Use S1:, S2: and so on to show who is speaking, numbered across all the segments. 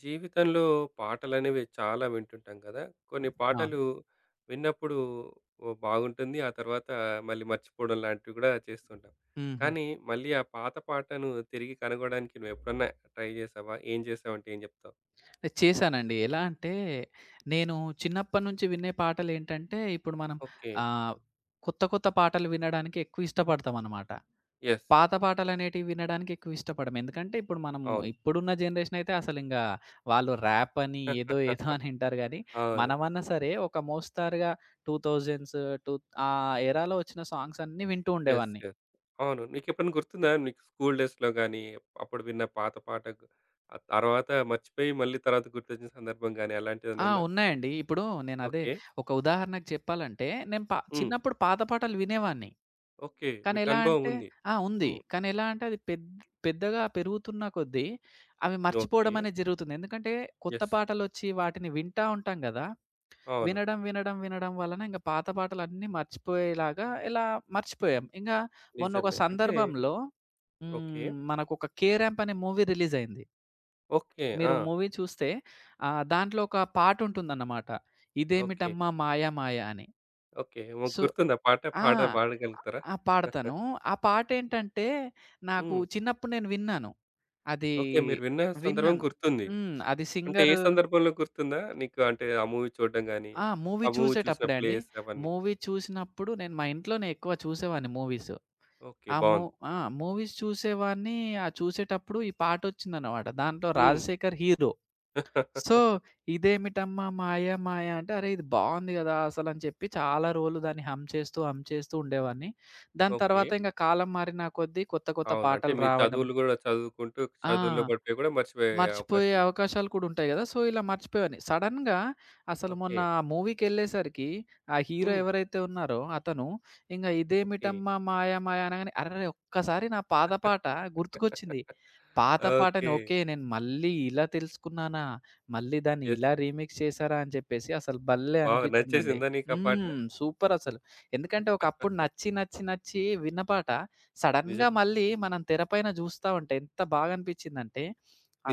S1: జీవితంలో పాటలనేవి చాలా వింటుంటాం కదా! కొన్ని
S2: ఆ!
S1: పాటలు విన్నప్పుడు ఓ బాగుంటుంది. ఆ తర్వాత మళ్ళీ మర్చిపోవడం లాంటివి కూడా చేస్తుంటాం.
S2: హుహు.
S1: కానీ మళ్ళీ ఆ పాత పాటను తిరిగి కనుగొనడానికి నువ్వెప్పుడన్నా ట్రై జేశావా? ఏం జేశావంటే ఏం జెప్తావు?
S2: నేను చేశానండి. ఎలా అంటే నేను చిన్నప్పటి నుంచి వినే పాటలేంటంటే, ఇప్పుడు మనం
S1: ఓకే.
S2: ఆహ్, కొత్త కొత్త పాటలు వినడానికి ఎక్కువ ఇష్టపడతామనమాట.
S1: యెస్.
S2: పాత పాటలనేటివి వినడానికి ఎక్కువ ఇష్టపడం. ఎందుకంటే
S1: అవును.
S2: ఇప్పుడున్న జనరేషన్ అయితే అసలింగా వాళ్ళు ర్యాప్ అని ఏదో ఏదో అని వింటారు గానీ,
S1: అవును.
S2: మనమన్నా సరే ఒక మోస్తారుగా 2000స్ టూ ఆ ఎరాలో వచ్చిన సాంగ్స్ అన్నీ వింటూ
S1: యెస్.
S2: ఉండేవాడిని.
S1: యెస్. అవును. నీకెప్పుడన్నా గుర్తుందా? నీకు స్కూల్ డేస్‌లో గాని, అప్పుడు విన్న ఆ తర్వాత మర్చిపోయి మళ్ళీ తర్వాత గుర్తొచ్చిన సందర్భం గాని అలాంటిదేమైనా
S2: ఆ!
S1: ఉందా?
S2: ఉన్నాయండి. ఇప్పుడు నేనదే
S1: ఓకే.
S2: ఒక ఉదాహరణకు చెప్పాలంటే, నేను పా
S1: హ్మ్.
S2: చిన్నప్పుడు పాత పాటలు వినేవాడిని.
S1: ఓకే.
S2: కానీ
S1: మీకు
S2: ఎలా
S1: అనుభవం
S2: అంటే
S1: ఉంది.
S2: ఆ! ఉంది.
S1: హ్మ్.
S2: కానీ ఎలా అంటే అది పెద్ పెద్దగా పెరుగుతున్న కొద్దీ అవి
S1: ఓకే.
S2: మర్చిపోవడం అనేది జరుగుతుంది. ఎందుకంటే కొత్త
S1: యెస్.
S2: పాటలొచ్చి వాటిని వింటా ఉంటాం గదా!
S1: అవును.
S2: వినడం, వినడం, వినడం వలన ఇంక పాత పాటలన్నీ మర్చిపోయేలాగా ఇలా మర్చిపోయాం. ఇంగా మొన్న ఒక
S1: నిజమే. అంటే
S2: సందర్భంలో
S1: ఓకే.
S2: మనకొక 'కే ర్యాంప్' అనే మూవీ రిలీజయింది.
S1: ఓకే.
S2: మీరు
S1: ఆ!
S2: మూవీ చూస్తే దాంట్లో ఒక పాటుంటుందన్నమాట.
S1: ఓకే.
S2: ఇదేమిటమ్మా మాయ మాయ అని.
S1: ఓకే. మీకు
S2: సో
S1: గుర్తుందా పాట?
S2: ఆ!
S1: పాట పాడగలుగుతారా?
S2: ఆ! పాడతాను. ఆ పాటేంటంటే, నాకు
S1: హ్మ్.
S2: చిన్నప్పుడు నేను విన్నాను. అది
S1: ఓకే. మీరు విన్న సందర్భం
S2: విన్నాను.
S1: గుర్తుంది.
S2: హ్మ్. అది
S1: అంటే ఏ
S2: సింగరు
S1: సందర్భంలో గుర్తుందా? నీకు అంటే ఆ మూవీ చూడడం గాని,
S2: ఆ! మూవీ
S1: ఆ మూవీ చూసిన
S2: చూసేటప్పుడే అండి.
S1: ప్లేస్ అవన్నీ.
S2: మూవీ చూసినప్పుడు నేను మా ఇంట్లోనే ఎక్కువ చూసేవాడిని మూవీస్.
S1: ఓకే.
S2: ఆ మూ
S1: బావుంది.
S2: ఆ! మూవీస్ చూసేవాడిని. ఆ చూసేటప్పుడు ఈ పాటొచ్చిందనమాట. దాంట్లో
S1: హ్మ్.
S2: రాజశేఖర్ హీరో. సో, ఇదేమిటమ్మా మాయ మాయ అంటే, అరే! ఇది బావుంది గదా! అసలని చెప్పి చాలా రోజులు దాన్ని హమ్ చేస్తూ, హమ్ చేస్తూ ఉండేవాడిని. దాని
S1: ఓకే.
S2: తర్వాత ఇంక కాలం మారిన కొద్దీ కొత్త కొత్త
S1: అవును. అంటే
S2: పాటలు
S1: మీ
S2: రావడం
S1: చదువులు గూడా చదువుకుంటూ
S2: ఆ!
S1: చదువుల్లో పడిపోయి గూడా మర్చిపోయే
S2: మర్చిపోయే
S1: అవకాశం ఉంది.
S2: అవకాశాలు కూడా ఉంటాయి గదా! సో, ఇలా మర్చిపోయేవాడిని. సడెన్‌గా అసలు
S1: ఓకే.
S2: మొన్న మూవీకెళ్ళేసరికి ఆ హీరో
S1: హ్మ్.
S2: ఎవరైతే ఉన్నారో అతను, ఇంగ
S1: ఓకే.
S2: ఇదేమిటమ్మా మాయ మాయ అనంగానే అరెరే! ఒక్కసారి నా పాత పాట గుర్తుకొచ్చింది. పాత పాటని
S1: ఓకే.
S2: ఓకే. నేను మళ్ళీ ఇలా తెలుసుకున్నానా? మళ్ళీ దాన్ని
S1: యెస్.
S2: ఇలా రీమిక్స్ చేశారా? అని చెప్పేసి అసలు భలే
S1: బాగా
S2: అనిపించిందండి.
S1: నచ్చేసిందా నీకా పాట?
S2: హ్మ్. సూపర్ అసలు. ఎందుకంటే ఒకప్పుడు నచ్చి, నచ్చి, నచ్చి విన్న పాట సడెన్‌గా
S1: నిజం.
S2: మళ్ళీ మనం తెర పైన జూస్తా ఉంటే ఎంత బాగా అనిపించిందంటే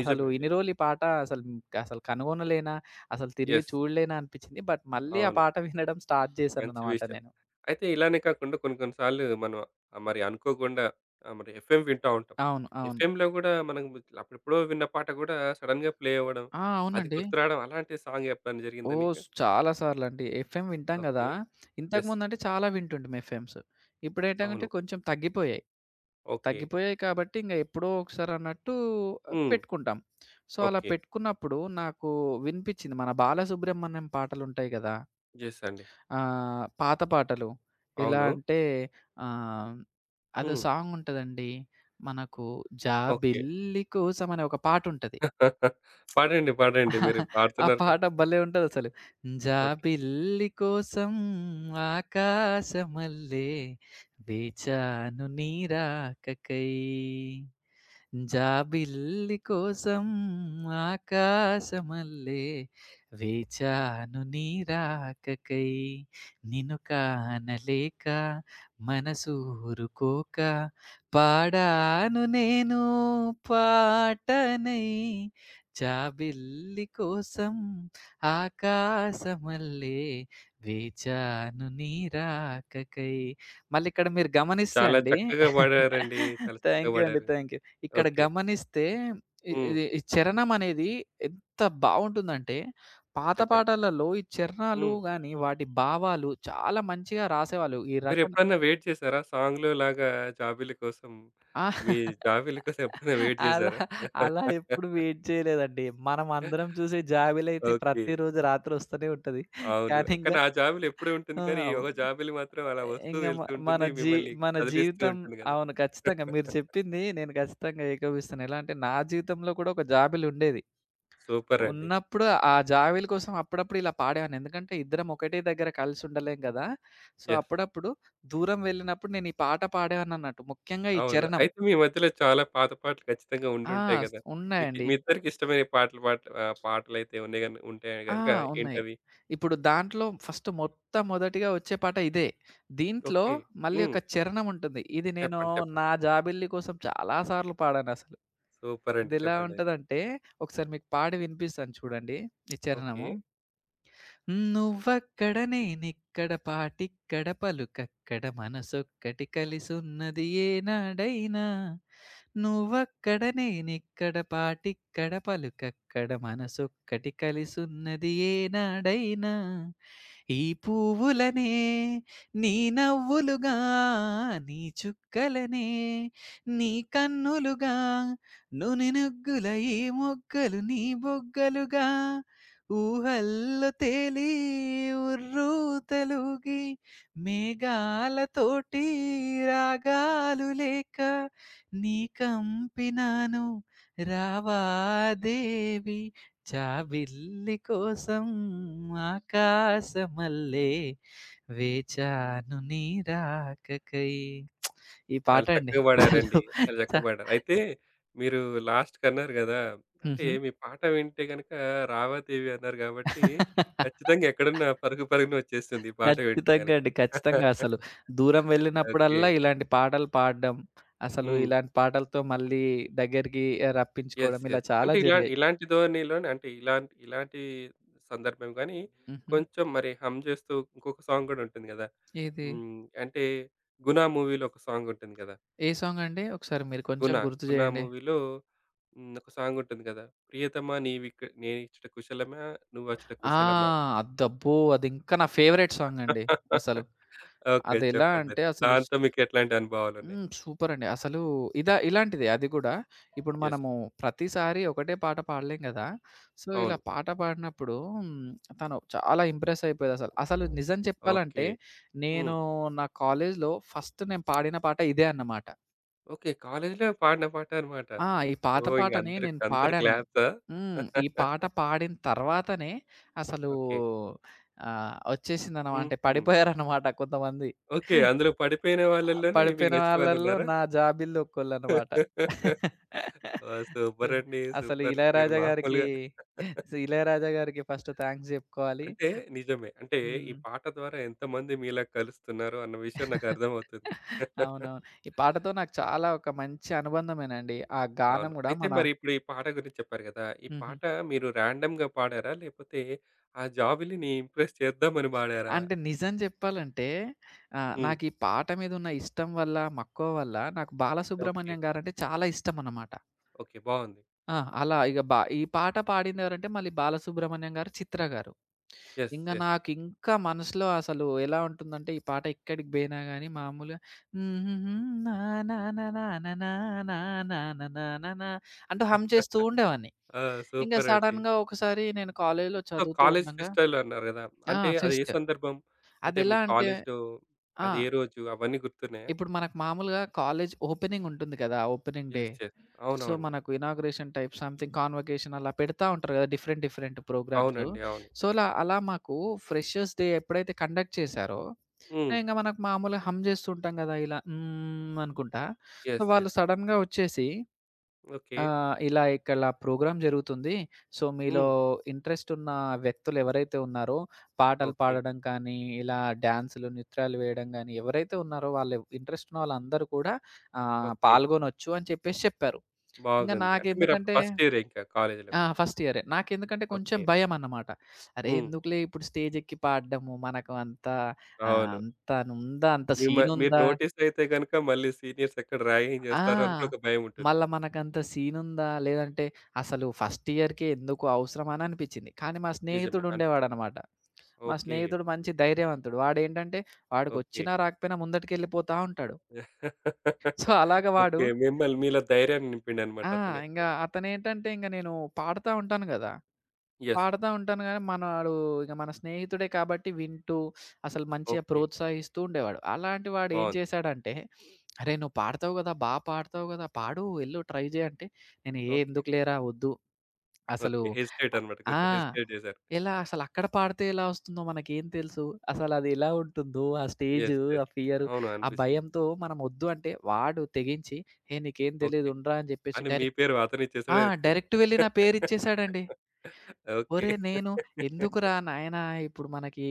S2: అసలు
S1: అండి.
S2: ఇన్ని రోజులు ఈ పాట అసలు అసలు కనుగొనలేనా? అసలు తిరిగి
S1: యెస్.
S2: చూడలేనా అనిపిచ్చింది. బట్ మళ్ళీ ఆ
S1: అవును.
S2: పాట వినడం స్టార్ట్
S1: మంచి
S2: చేశానన్నమాట
S1: విషయం.
S2: నేను.
S1: అయితే ఇలానే కాకుండా కొన్ని కొన్ని సార్లు మనం ఆహ్, మరి అనుకోకుండా ఆహ్, మరి ఎఫ్ఎం వింటా ఉంటాం.
S2: అవును. అవును.
S1: ఎఫ్ఎంలో గూడా మనం అప్పుడెప్పుడో విన్న పాట గూడా సడెన్‌గా ప్లే అవ్వడం,
S2: ఆ!
S1: అది
S2: అవునండి.
S1: గుర్తురావడం అలాంటి సాంగ్ ఎప్పుడైనా జరిగిందా
S2: ఓహ్!
S1: నీకు?
S2: చాలా సార్లండి. ఎఫ్ఎం వింటాం గదా!
S1: ఓకే. యెస్.
S2: ఇంతకుముందంటే చాలా వింటుంటిమి ఎఫ్ఎమ్స్. ఇప్పుడేంటంటే
S1: అవును.
S2: కొంచెం తగ్గిపోయాయి.
S1: ఓకే.
S2: తగ్గిపోయాయి కాబట్టి ఇంగ ఎప్పుడో ఒకసారన్నట్టు
S1: హ్మ్.
S2: పెట్టుకుంటాం. సో, అలా
S1: ఓకే.
S2: పెట్టుకున్నప్పుడు నాకు వినిపిచ్చింది. మన బాలసుబ్రహ్మణ్యం పాటలుంటాయి గదా!
S1: యెస్ అండి.
S2: పాత పాటలు. ఎలా
S1: అవును.
S2: అంటే ఆహ్, అదో
S1: హ్మ్.
S2: సాంగ్ ఉంటదండి. మనకు
S1: ఓకే.
S2: 'జాబిల్లి కోసం' అనే ఒక పాటుంటది.
S1: పాడండి. పాడండి. మీరు
S2: ఆ
S1: పాడుతున్నారు కదా!
S2: పాట భలే ఉంటదసలు.
S1: ఓకే.
S2: జాబిల్లి కోసం ఆకాశమల్లే వేచాను నీ రాకకై. జాబిల్లి కోసం ఆకాశమల్లే వేచాను నీ రాకకై నిన్ను కానలేక మనసూరుకోక పాడాను నేను పాటనై జాబిల్లి కోసం ఆకాశమల్లే వేచాను నీ రాకకై మళ్ళీ ఇక్కడ మీరు గమనిస్తే
S1: చాలా
S2: అండి
S1: చక్కగా పాడారండి. చాలా చక్కగా
S2: థ్యాంక్ యూ అండి
S1: పాడారు.
S2: థ్యాంక్ యూ ఇక్కడ
S1: ఓకే.
S2: గమనిస్తే ఇ
S1: హ్మ్.
S2: ఇది ఈ చరణమనేది ఎంత బావుంటుందంటే, పాత
S1: చెప్పండి.
S2: పాటలలో ఈ చరణాలు
S1: హ్మ్.
S2: గాని, వాటి భావాలు చాలా మంచిగా రాసేవాళ్ళు. ఈ రచన
S1: మీరెప్పుడన్నా వెయిట్ చేసారా? సాంగ్‌లో లాగా జాబిల్లి కోసం,
S2: ఆ!
S1: మీ జాబిల్లి కోసం ఎప్పుడైనా వెయిట్
S2: అలా
S1: చేసారా?
S2: అలా ఎప్పుడు వెయిట్ చేయలేదండి. మనం అందరం చూసే జాబిలయితే
S1: ఓకే.
S2: ప్రతిరోజు రాత్రొస్తూనే ఉంటది.
S1: అవును.
S2: కానీ ఇంగ
S1: కానీ ఆ జాబిల్లి ఎప్పుడూ ఉంటుంది కానీ,
S2: ఆ!
S1: ఒక జాబిల్లి మాత్రం అలా వస్తూ
S2: ఇంగ మ
S1: వెళ్తూ
S2: మన
S1: ఉంటుంది.
S2: జీ
S1: మిమ్మల్ని
S2: మన
S1: కదిలిస్తూ
S2: జీవితం
S1: ఉంటుంది కదా!
S2: అవును. ఖచ్చితంగా. మీరు చెప్పింది నేను ఖచ్చితంగా ఏకీభవిస్తాను. ఎలా అంటే, నా జీవితంలో కూడా ఒక జాబిలుండేది.
S1: సూపర్ అండి.
S2: ఉన్నప్పుడు ఆ జావిలి కోసం అప్పుడప్పుడు ఇలా పాడేవాడిని. ఎందుకంటే ఇద్దరం ఒకటే దగ్గర కలిసి ఉండలేం గదా! So,
S1: yes.
S2: అప్పుడప్పుడు దూరం వెళ్ళినప్పుడు నేను ఈ పాట పాడేవాడినన్నట్టు. ముఖ్యంగా ఈ
S1: అవును.
S2: చరణం.
S1: అయితే మీ మధ్యలో చాలా పాత పాటలు ఖచ్చితంగా
S2: ఆ!
S1: ఉండుంటాయి గదా! మీకి
S2: ఉన్నాయండి.
S1: మీ ఇద్దరికి ఇష్టమైన పాటలు పాట ఆ, పాటలు ఆహ్, పాటలైతే ఉన్నాయి గను ఉంటే
S2: ఆ!
S1: గనుక
S2: ఉన్నాయి.
S1: ఏంటవి?
S2: ఇప్పుడు దాంట్లో ఫస్ట్ మొట్టమొదటిగా వచ్చే పాట ఇదే. దీంట్లో
S1: ఓకే.
S2: మళ్ళీ
S1: హ్మ్.
S2: ఒక చరణం ఉంటుంది. ఇది నేను
S1: చెప్పండి. చెప్పండి.
S2: నా జాబిల్లి కోసం చాలా సార్లు పాడానసలు.
S1: సూపర్ అండి.
S2: ఇదెలా
S1: చెప్పండయితే.
S2: ఉంటదంటే ఒకసారి మీకు పాడి వినిపిస్తాను చూడండి ఈ
S1: ఓకే.
S2: చరణము. నువ్వక్కడ నేనిక్కడ పాటిక్కడ పలుకక్కడ మనసొక్కటి కలిసున్నది ఏనాడైనా నువ్వక్కడ నేనిక్కడ పాటిక్కడ పలుకక్కడ మనసొక్కటి కలిసున్నది ఏనాడైనా ఈ పువ్వులనే నీ నవ్వులుగా నీ చుక్కలనే నీ కన్నులుగా నుని నుగ్గుల ఈ మొగ్గలు నీ బొగ్గలుగా ఊహల్లో తేలి ఉర్రూతలుగి మేఘాలతోటి రాగాలు లేక నీ కంపినాను రావా దేవి జాబిల్లి కోసం ఆకాశమల్లే వేచాను నీ రాకకై. ఈ
S1: చాలా
S2: పాటండి.
S1: చక్కగా పాడారండి.
S2: అసలు
S1: చాలా
S2: చ
S1: చక్కగా పాడారు. అయితే మీరు లాస్ట్‌కన్నారు గదా! అంటే
S2: హుహు.
S1: మీ పాట వింటే గనక రావాదేవి అన్నారు గాబట్టి, ఖచ్చితంగా ఎక్కడున్నా పరుగు పరుగున వచ్చేస్తుంది ఈ పాట వింటే
S2: ఖచ్చితంగా
S1: గనక.
S2: అండి. ఖచ్చితంగా అసలు. దూరం
S1: ఓకే.
S2: వెళ్ళినప్పుడల్లా ఇలాంటి పాటలు పాడడం, అసలు
S1: హ్మ్.
S2: ఇలాంటి పాటలతో మళ్ళీ దగ్గరికి
S1: యెస్.
S2: రప్పించుకోవడం ఇలా
S1: యెస్.
S2: చాలా
S1: అంటే ఇలా
S2: జరిగాయి.
S1: ఇలాంటి ధోరణిలోనే అంటే ఇలాంటి ఇలాంటి సందర్భం గానీ,
S2: హుహు.
S1: కొంచెం మరి హమ్ జేస్తూ ఇంకొక సాంగ్ గూడా ఉంటుంది గదా!
S2: ఏది?
S1: హ్మ్. అంటే 'గునా' మూవీలో ఒక సాంగ్ ఉంటుంది గదా!
S2: ఏ సాంగ్ అండి? ఒకసారి మీరు కొంచెం
S1: 'గునా'
S2: గుర్తు
S1: 'గునా'
S2: చేయండి.
S1: మూవీలో హ్మ్. ఒక సాంగ్ ఉంటుంది గదా! ప్రియతమా నీవిక నేనిచ్చట కుశలమా నువ్వచ్చట
S2: ఆ!
S1: కుశలమా?
S2: అద్దబ్బో! అదింకా నా ఫేవరెట్ సాంగ్ అండి అసలు.
S1: ఓకే.
S2: అదెలా
S1: చెప్పండి.
S2: అంటే అసలు స్
S1: దాంతో మీకెట్లాంటి అనుభవాలున్నాయి?
S2: హ్మ్. సూపరండి. అసలు ఇదా ఇలాంటిదే అది గూడా. ఇప్పుడు
S1: యెస్.
S2: మనము ప్రతిసారి ఒకటే పాట పాడలేం గదా! సో, ఇలా
S1: అవును.
S2: పాట పాడినప్పుడు హ్మ్. తను చాలా ఇంప్రెస్ అయిపోయేదసలు. అసలు నిజం చెప్పాలంటే
S1: ఓకే. హ్మ్.
S2: నేను నా కాలేజ్‌లో ఫస్ట్ నేను పాడిన పాట ఇదే అన్నమాట.
S1: ఓకే. కాలేజీలో పాడిన పాట అన్నమాట.
S2: ఆ! ఈ పాత
S1: ఓహ్! ఇంక
S2: పాటని
S1: అందరు
S2: నేను
S1: అందరు
S2: పాడాను.
S1: క్లాప్సా?
S2: హ్మ్. ఈ పాట పాడిన తర్వాతనే అసలు
S1: ఓకే.
S2: వచ్చేసిందన్నమాట. అంటే
S1: హుహు.
S2: పడిపోయారన్నమాట కొంతమంది.
S1: ఓకే. అందులో పడిపోయిన వాళ్ళలోనే మీకు
S2: పడిపోయిన
S1: నచ్చిన
S2: వాళ్ళల్లో
S1: వాళ్ళున్నారా?
S2: నా జాబిల్లు ఒక్కళ్ళనమాట.
S1: ఆ!
S2: సో,
S1: సూపర్ అండి.
S2: అసలు
S1: సూపర్. మీరు
S2: 'ఇళయరాజా' గారికి
S1: మామూలుగా
S2: సో, 'ఇళయరాజా' గారికి ఫస్ట్ థాంక్స్ జెప్పుకోవాలి.
S1: అంటే నిజమే. అంటే ఈ
S2: హ్మ్.
S1: పాట ద్వారా ఎంతమంది మీలా కలుస్తున్నారు అన్న విషయం నాకు అర్థమవుతుంది.
S2: అవునవును. ఈ పాటతో నాకు చాలా ఒక మంచి అనుబంధమేనండి. ఆ గానం
S1: అవును.
S2: గూడా
S1: అయితే
S2: మన
S1: మరి ఇప్పుడు ఈ పాట గురించి చెప్పారు కదా! ఈ
S2: హుహు.
S1: పాట మీరు రాండమ్‌గా పాడారా? లేకపోతే ఆ జాబిల్లిని ఇంప్రెస్ చేద్దామని పాడారా?
S2: అంటే నిజం జెప్పాలంటే
S1: హ్మ్.
S2: నాకీ పాట మీదున్న ఇష్టం వల్ల, మక్కువ వల్ల నాకు
S1: ఓకే.
S2: 'బాలసుబ్రహ్మణ్యం' గారంటే చాలా ఇష్టమనమాట.
S1: ఓకే. బావుంది.
S2: ఆ! అలా ఇగ బా ఈ పాట పాడిందెవరంటే మళ్ళీ బాలసుబ్రహ్మణ్యం గారు, చిత్ర గారు.
S1: యెస్.
S2: ఇంగ
S1: యెస్.
S2: నాకింకా మనసులో అసలు ఎలా ఉంటుందంటే ఈ పాట ఎక్కడికి పోయినా గాని మామూలుగా నా నా నా నా నా నా నా నా నా నా నా నా అంటూ హమ్ చేస్తూ ఉండేవాన్ని.
S1: ఆ!
S2: ఇంగ
S1: సూపర్ అండి.
S2: సడెన్‌గా ఒకసారి నేను కాలేజీలో
S1: సో,
S2: చదువుతూ
S1: కాలేజ్
S2: ఉండంగా
S1: ఫెస్టివల్ అన్నారు గదా!
S2: ఆ!
S1: అంటే అది ఏ
S2: ఫెస్ట్
S1: సందర్భం? అంటే మీ
S2: అదెలా అంటే
S1: కాలేజ్‌లో
S2: ఆ!
S1: అది ఏ రోజు అవన్నీ గుర్తున్నాయా?
S2: ఇప్పుడు మనకు మామూలుగా కాలేజ్ ఓపెనింగ్ ఉంటుంది కదా! Opening day.
S1: Yes. Yes.
S2: So,
S1: అవునవునండి.
S2: మనకు ఇనాగ్రేషన్ టైప్ సంథింగ్ కాన్వొకేషన్ అలా పెడతా ఉంటారు కదా! Different, different programmes.
S1: అవునండి. అవును.
S2: సో, అలా అలా మాకు ఫ్రెషర్స్ డే ఎప్పుడైతే కండక్ట్ చేశారో,
S1: హ్మ్.
S2: ఇంక మనకు మామూలుగా హమ్ చేస్తూ ఉంటాం కదా! ఇలా హ్మ్ అనుకుంటా. So,
S1: yes.
S2: వాళ్ళు
S1: యెస్.
S2: సడెన్‌గా వచ్చేసి
S1: ఓకే.
S2: ఆ! ఇలా ఇక్కడ ప్రోగ్రామ్ జరుగుతుంది. సో, మీలో
S1: హ్మ్.
S2: ఇంట్రెస్ట్ ఉన్న వ్యక్తులు ఎవరైతే ఉన్నారో, పాటలు
S1: ఓకే.
S2: పాడడం కానీ, ఇలా డాన్సులు, నృత్యాలు వేయడం గానీ, ఎవరైతే ఉన్నారో వాళ్ళు ఇంట్రెస్ట్ ఉన్న వాళ్ళందరూ కూడా
S1: ఓకే.
S2: పాల్గొనొచ్చు అని చెప్పేసి చెప్పారు. ఇంగా
S1: బాగుంది. అంటే మీరప్పుడు
S2: నాకెందుకంటే
S1: ఫస్ట్ ఇయరే ఇంకా కాలేజ్‌లో.
S2: ఆ! ఫస్ట్ ఇయరే. నాకెందుకంటే కొంచెం
S1: ఓకే.
S2: భయమన్నమాట. అరే!
S1: హ్మ్.
S2: ఎందుకులే ఇప్పుడు స్టేజ్ ఎక్కి పాడడము, మనకు అంత ఆహ్,
S1: అవును.
S2: అంత ఉందా? అంత
S1: మీరు
S2: సీనుందా?
S1: నోటీస్ అయితే గనుక మళ్ళీ సీనియర్స్ ఎక్కడ ర్యాగింగ్ జేస్తారో అని
S2: ఆ!
S1: కూడా ఒక భయం ఉంటుంది.
S2: మళ్ళా మనకంత సీనుందా? లేదంటే అసలు ఫస్ట్ ఇయర్‌కే ఎందుకు అవసరమా? అని అనిపిచ్చింది. కానీ మా
S1: నిజమే అనిపిస్తుంది.
S2: స్నేహితుడుండేవాడనమాట. మా
S1: ఓకే.
S2: స్నేహితుడు మంచి ధైర్యవంతుడు. వాడేంటంటే
S1: ఓకే.
S2: వాడికొచ్చినా రాకపోయినా ముందటికెళ్ళిపోతా ఉంటాడు. సో, అలాగ వాడు
S1: ఓకే. మిమ్మల్ని మీలో ధైర్యాన్ని
S2: ఆ!
S1: నింపిండనమాట అతనే.
S2: ఇంగ అతనేంటంటే ఇంగ నేను పాడుతా ఉంటాను గదా!
S1: యెస్.
S2: పాడతా ఉంటాను గానీ, మనోడు ఇక మన స్నేహితుడే కాబట్టి వింటూ, అసలు మంచిగా
S1: ఓకే.
S2: ప్రోత్సహిస్తూ ఉండేవాడు. అలాంటి వాడు ఏం
S1: బావుంది.
S2: చేశాడంటే, "అరేయ్! నువ్వు పాడతావు గదా! బా పాడతావు గదా! పాడు ఎళ్ళు ట్రై జేయి" అంటే, నేను "ఏ
S1: ఓకే.
S2: ఎందుకు లేరా వద్దు. అసలు
S1: ఓకే. హెసిటేట్ అనమాట.
S2: ఆహ్, ఆ!
S1: కొంచెం హెసిటేట్ చేశారు.
S2: ఎలా అసలు అక్కడ పాడితే ఎలా వస్తుందో మనకేం తెలుసు? అసలది ఎలా ఉంటుందో? ఆ స్టేజు,
S1: యెస్.
S2: ఆ
S1: యెస్.
S2: ఫియరు,
S1: అవును.
S2: ఆ
S1: అనిపిస్తుంది.
S2: భయంతో మనం వద్దు" అంటే వాడు తెగించి, "ఏ నీకేం తెలీదు
S1: ఓకే.
S2: ఉండురా" అని జెప్పేసి
S1: అని మీ
S2: డైరెక్ట్
S1: పేరు
S2: ఆ!
S1: అతనిచ్చేసాడేంటి?
S2: డైరెక్ట్ వెళ్లి నా పేరిచ్చేసాడండి.
S1: ఓకే.
S2: ఒరేయ్! నేను ఎందుకురా నాయనా! ఇప్పుడు మనకి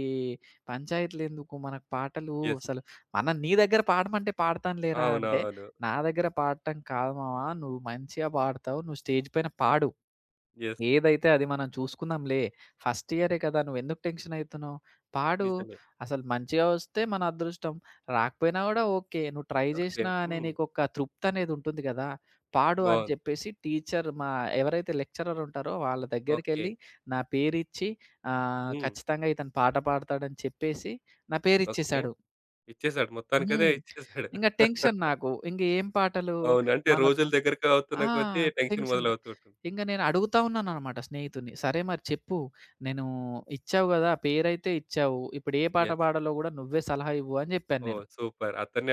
S2: పంచాయతీలెందుకు? మనకు పాటలు
S1: యెస్.
S2: అసలు మనం నీ దగ్గర పాడమంటే పాడతాను లేరా అంటే,
S1: అవునవును.
S2: నా దగ్గర పాడటం కాదు మామ. నువ్వు మంచిగా పాడతావు. నువ్వు స్టేజ్ పైన పాడు.
S1: యెస్.
S2: ఏదైతే అది మనం చూసుకుందాంలే. ఫస్ట్ ఇయరే కదా! నువ్వెందుకు టెన్షన్ అయితున్నావు? పాడు.
S1: నిజమే.
S2: అసలు మంచిగా వస్తే మన అదృష్టం. రాకపోయినా గూడా ఓకే. నువ్వు ట్రై
S1: ఓకే.
S2: జేసినా అనే
S1: హ్మ్.
S2: నీకొక తృప్తనేదుంటుంది గదా! పాడు అని
S1: బావుంది.
S2: చెప్పేసి టీచర్ మా ఎవరైతే లెక్చరర్ ఉంటారో వాళ్ళ
S1: ఓకే.
S2: దగ్గరికెళ్ళి నా పేరిచ్చి
S1: హ్మ్.
S2: ఖచ్చితంగా ఇతను పాట పాడతాడని చెప్పేసి నా
S1: ఓకే.
S2: పేరిచ్చేసాడు.
S1: ఇచ్చేసాడు. మొత్తానికైతే
S2: హ్మ్.
S1: ఇచ్చేసాడు.
S2: ఇంగ టెన్షన్ నాకు. ఇంగ ఏం పాటలు
S1: అవును. అంటే
S2: మనకు
S1: రోజులు దగ్గరకి అవుతున్న
S2: ఆ!
S1: కొద్దీ టెన్షన్
S2: టెన్షనుంటది.
S1: మొదలవుతూ ఉంటుంది.
S2: ఇంక నేను అడుగుతా ఉన్నాననమాట స్నేహితుడిని. "సరే మరి చెప్పు. నేను ఇచ్చావు గదా! పేరైతే ఇచ్చావు. ఇప్పుడు ఏ పాట
S1: యెస్.
S2: పాడాలో గూడా నువ్వే సలహా ఇవ్వు" అని జెప్పాను నేను.
S1: ఓహ్! సూపర్. అతన్నే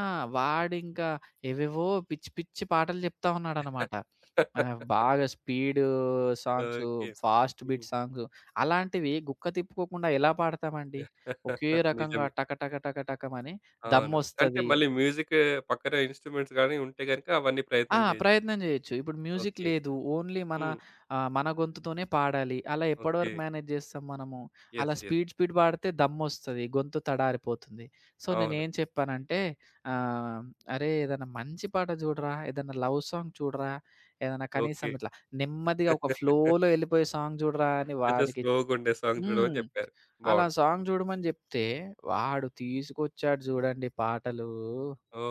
S2: ఆ! వాడింకా ఏవేవో పిచ్చి పిచ్చి పాటలు జెప్తా ఉన్నాడనమాట. బాగా స్పీడు సాంగ్సు,
S1: ఓకే.
S2: ఫాస్ట్
S1: హ్మ్.
S2: బీట్ సాంగ్సు అలాంటివి గుక్క తిప్పుకోకుండా ఎలా పాడతామండి? ఒకే రకంగా
S1: నిజమే.
S2: టక టక టక టకమని
S1: అవును. అంటే
S2: దమ్మొస్తది.
S1: మళ్ళీ మ్యూజిక్ పక్కన ఇన్‌స్ట్రుమెంట్స్ గాని ఉంటే గనుక అవన్నీ
S2: ఆ!
S1: ప్రయత్నం చేయొచ్చు.
S2: ప్రయత్నం జేయొచ్చు. ఇప్పుడు మ్యూజిక్
S1: ఓకే.
S2: లేదు. ఓన్లీ మన
S1: హ్మ్.
S2: మన గొంతుతోనే పాడాలి. అలా
S1: ఓకే.
S2: ఎప్పటివరకు మేనేజ్ జేస్తాం మనము? అలా
S1: యెస్. యెస్.
S2: స్పీడ్, స్పీడ్ పాడితే దమ్మొస్తది. గొంతు తడారిపోతుంది. సో,
S1: అవును.
S2: నేనేం చెప్పానంటే ఆహ్, "అరే! ఏదైనా మంచి పాట జూడరా, ఏదైనా లవ్ సాంగ్ చూడరా, ఏదైనా కనీసం
S1: ఓకే.
S2: ఇట్లా నెమ్మదిగా ఒక ఫ్లోలో ఎళ్ళిపోయే సాంగ్ జూడరా" అని
S1: కొంచెం
S2: వాడికి
S1: స్లోగుండే సాంగ్ చూడమని
S2: హ్మ్.
S1: చెప్పారు.
S2: అలా
S1: బావుంది.
S2: సాంగ్ జూడమని జెప్తే, వాడు తీసుకొచ్చాడు జూడండి పాటలు.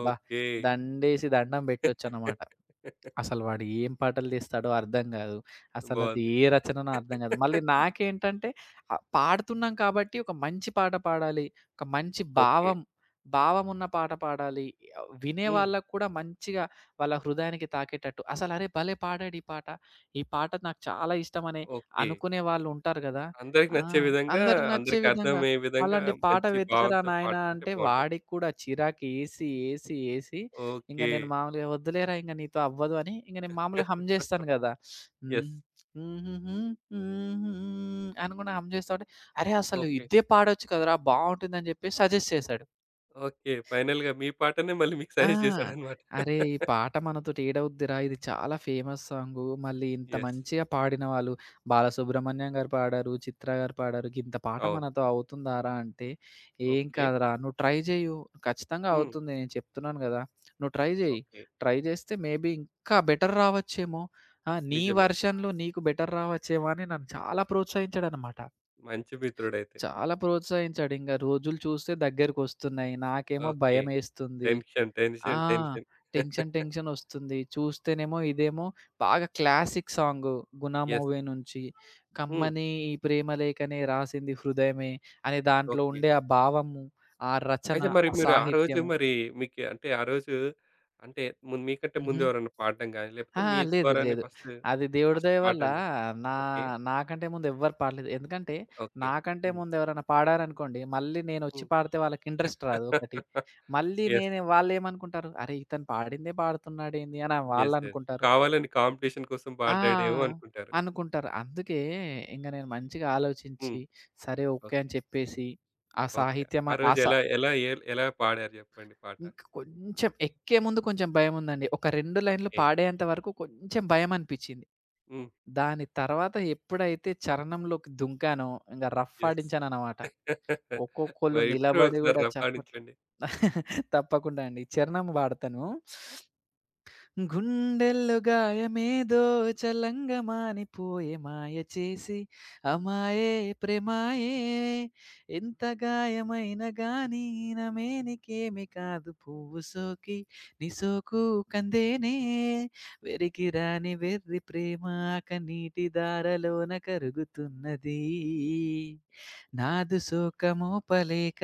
S2: అబ్బా! దండేసి దండం బెట్టొచ్చనమాట. అసలు వాడు ఏం పాటలు తీస్తాడో అర్థం గాదు. అసలది
S1: బావుంది.
S2: ఏ రచననో అర్థం గాదు. మళ్ళీ నాకేంటంటే పాడుతున్నాం కాబట్టి ఒక మంచి పాట పాడాలి. ఒక మంచి
S1: ఓకే.
S2: భావం, భావం ఉన్న పాట పాడాలి. వినే
S1: హ్మ్.
S2: వాళ్ళకి కూడా మంచిగా వాళ్ళ హృదయానికి తాకేటట్టు. అసలు అరే భలే! పాడాడు ఈ పాట. ఈ పాట నాకు చాలా ఇష్టమని
S1: ఓకే.
S2: అనుకునే వాళ్ళు ఉంటారు గదా!
S1: అందరికి
S2: ఆ!
S1: నచ్చే విధంగా,
S2: అందరికి నచ్చే
S1: అందరికి
S2: విధంగా
S1: అర్థమయ్యే విధంగా
S2: అలాంటి పాట
S1: మంచి
S2: వెతుకరా
S1: భావంతో
S2: నాయనా
S1: పాడుతుంటే
S2: అంటే
S1: బావుంటది.
S2: వాడికి కూడా చిరాకేసి, ఏసి, ఏసి ఇంక
S1: ఓకే.
S2: నేను మామూలుగా వద్దులేరా ఇంక నీతో అవ్వదు అని ఇంక నేను మామూలుగా హమ్ జేస్తాను గదా! హ్మ్.
S1: యెస్.
S2: హుహుహు, హుహుహు అని గూడా హమ్ జేస్తా ఉంటే, అరే! అసలు
S1: ఓకే.
S2: ఇదే పాడొచ్చు కదరా! బావుంటుందని జెప్పి సజెస్ట్ చేసాడు.
S1: ఓకే. ఫైనల్‌గా మీ పాటనే మళ్ళీ మీకు
S2: ఆ!
S1: సజెస్ట్ చేసాడన్నమాట.
S2: అరే! ఈ పాట మనతోటి ఏడవుద్దిరా! ఇది చాలా ఫేమస్ సాంగు. మళ్ళీ ఇంత
S1: యెస్.
S2: మంచిగా పాడిన వాళ్ళు బాలసుబ్రహ్మణ్యం గారు పాడారు, చిత్ర గారు పాడారు. గింత పాట
S1: అవును.
S2: మనతో అవుతుందారా! అంటే, "ఏం
S1: ఓకే.
S2: కాదురా! నువ్వు ట్రై జెయ్యు. ఖచ్చితంగా
S1: హ్మ్.
S2: అవుతుంది. నేను చెప్తున్నాను గదా! నువ్వు ట్రై జెయి.
S1: ఓకే.
S2: ట్రై జేస్తే మేబీ ఇంకా బెటర్ రావచ్చేమో. ఆ! నీ
S1: నిజమే.
S2: వెర్షన్‌లో నీకు బెటర్ రావచ్చేమో" అని నన్ను చాలా ప్రోత్సహించాడనమాట.
S1: మంచి మిత్రుడైతే.
S2: చాలా ప్రోత్సహించాడు. ఇంగ రోజులు చూస్తే దగ్గరికొస్తున్నాయి. నాకేమో
S1: ఓకే.
S2: భయమేస్తుంది.
S1: టెన్షన్,
S2: ఆ!
S1: Tension, tension.
S2: టెన్షన్ టెన్షన్ ఒస్తుంది. చూస్తేనేమో ఇదేమో బాగా classic song 'Guna'
S1: yes.
S2: Movie నుంచి.
S1: హ్మ్.
S2: కమ్మని ఈ ప్రేమలేఖనే రాసింది హృదయమే అనే దాంట్లో
S1: ఓకే.
S2: ఉండే ఆ భావము, ఆ రచన,
S1: అయితే మరి
S2: ఆ
S1: మీరు ఆ రోజు
S2: సాహిత్యము.
S1: మరి మీకు అంటే ఆ రోజు అంటే ముందు మీకంటే ముందు
S2: హుహు.
S1: ఎవరైనా పాడడం గాని, లేకపోతే
S2: ఆ!
S1: మీ
S2: లేదు.
S1: ద్వారానే
S2: లేదు.
S1: ఫస్ట్,
S2: అది దేవుడి
S1: ఫస్ట్
S2: దయ వల్ల
S1: పాడడం జరి
S2: నా
S1: ఓకే.
S2: నాకంటే ముందు ఎవ్వరు పాడలేదు. ఎందుకంటే
S1: ఓకే.
S2: నాకంటే
S1: హ్మ్.
S2: ముందు ఎవరైనా పాడారనుకోండి, మళ్ళీ నేనొచ్చి
S1: హ్మ్.
S2: పాడితే వాళ్ళకి ఇంట్రెస్ట్ రాదు ఒకటి. మళ్ళీ
S1: యెస్.
S2: నేను వాళ్ళేమనుకుంటారు, "అరే! ఇతను పాడిందే పాడుతున్నాడేంది" అని
S1: యెస్. యెస్.
S2: వాళ్ళనుకుంటారు.
S1: కావాలని కాంపిటీషన్ కోసం పాడాడేమో
S2: ఆ!
S1: అనుకుంటారు.
S2: అనుకుంటారు. అందుకే ఇంగ నేను మంచిగా
S1: హ్మ్.
S2: ఆలోచించి, సరే ఓకే
S1: ఓకే.
S2: అని చెప్పేసి, ఆ
S1: ఓకే.
S2: సాహిత్యం
S1: ఆ
S2: ఆ
S1: రోజు
S2: స
S1: ఎలా ఎలా ఎల్ ఎలా పాడారు జెప్పండి పాట?
S2: ఇంక కొంచెం ఎక్కే ముందు కొంచెం భయముందండి. ఒక 2 లైన్‌లు
S1: ఓకే.
S2: పాడేంత వరకు కొంచెం భయమనిపిచ్చింది.
S1: హ్మ్.
S2: దాని తర్వాత ఎప్పుడైతే చరణంలోకి దుంకానో, ఇంగ రఫ్
S1: యెస్.
S2: ఆడించాననమాట. ఒక్కొక్కళ్ళు
S1: మరి ఇప్పుడు
S2: నిలబడి
S1: ఒకసారి
S2: గూడా చప్పట్లు
S1: పాడించండి.
S2: తప్పకుండా అండి. చరణం పాడతాను. గుండెల్లో గాయమేదో చలంగమానిపోయే మాయ చేసి అమాయే ప్రేమాయే ఎంత గాయమైన గాని నమేనికేమి కాదు పువ్వు సోకి నీ సోకు కందేనే వెరికి రాని వెర్రి ప్రేమ కనీటి దారలోన కరుగుతున్నది నాదు సోకమోపలేక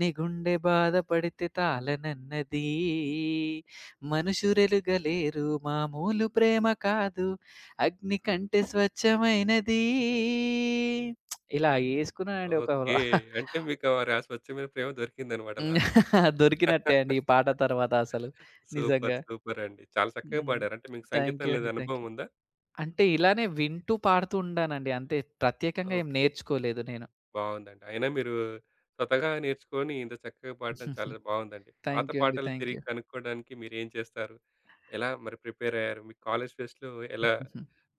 S2: నీ గుండె బాధపడితే తాళనన్నది మనుషురెలుగలేరు మామూలు ప్రేమ కాదు అగ్ని కంటే స్వచ్ఛమైనది ఇలా యేసుకున్నానండి ఒక
S1: ఓకే. అంటే మీకు మరి ఆ స్వచ్ఛమైన ప్రేమ దొరికిందన్నమాట
S2: హ్మ్.
S1: లాస్ట్.
S2: దొరికినట్టే అండి ఈ పాట తర్వాత అసలు
S1: సూపర్.
S2: నిజంగా.
S1: సూపర్ అండి. చాలా చక్కగా
S2: హ్మ్.
S1: పాడారు. అంటే మీకు
S2: థాంక్ యూ
S1: సంగీతంలో
S2: అండి. థాంక్
S1: అనుభవం
S2: యూ.
S1: ఉందా?
S2: అంటే ఇలానే వింటూ పాడుతూ ఉండానండి. అంతే ప్రత్యేకంగా ఏం
S1: ఓకే.
S2: నేర్చుకోలేదు నేను.
S1: బావుందండి. అయినా మీరు స్వతహాగా నేర్చుకొని ఇంత చక్కగా పాడడం చాలా బావుందండి. పాత
S2: థాంక్ యూ అండి.
S1: పాటలు
S2: థాంక్
S1: తిరిగి
S2: యూ.
S1: కనుక్కోవడానికి మీరేం చేస్తారు? ఎలా మరి ప్రిపేర్ అయ్యారు? మీ కాలేజ్ ఫెస్ట్‌లో ఎలా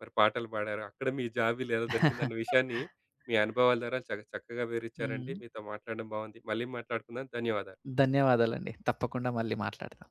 S1: మరి పాటలు పాడారు? అక్కడ మీ జాబిలు ఎలా దొరికిందన్న విషయాన్ని మీ అనుభవాల ద్వారా చక్కగా వివరించారండి.
S2: హ్మ్.
S1: మీతో మాట్లాడడం బావుంది. మళ్ళీ మాట్లాడుకుందాం. ధన్యవాదాలు.
S2: ధన్యవాదాలండి. తప్పకుండా మళ్ళీ మాట్లాడతాం.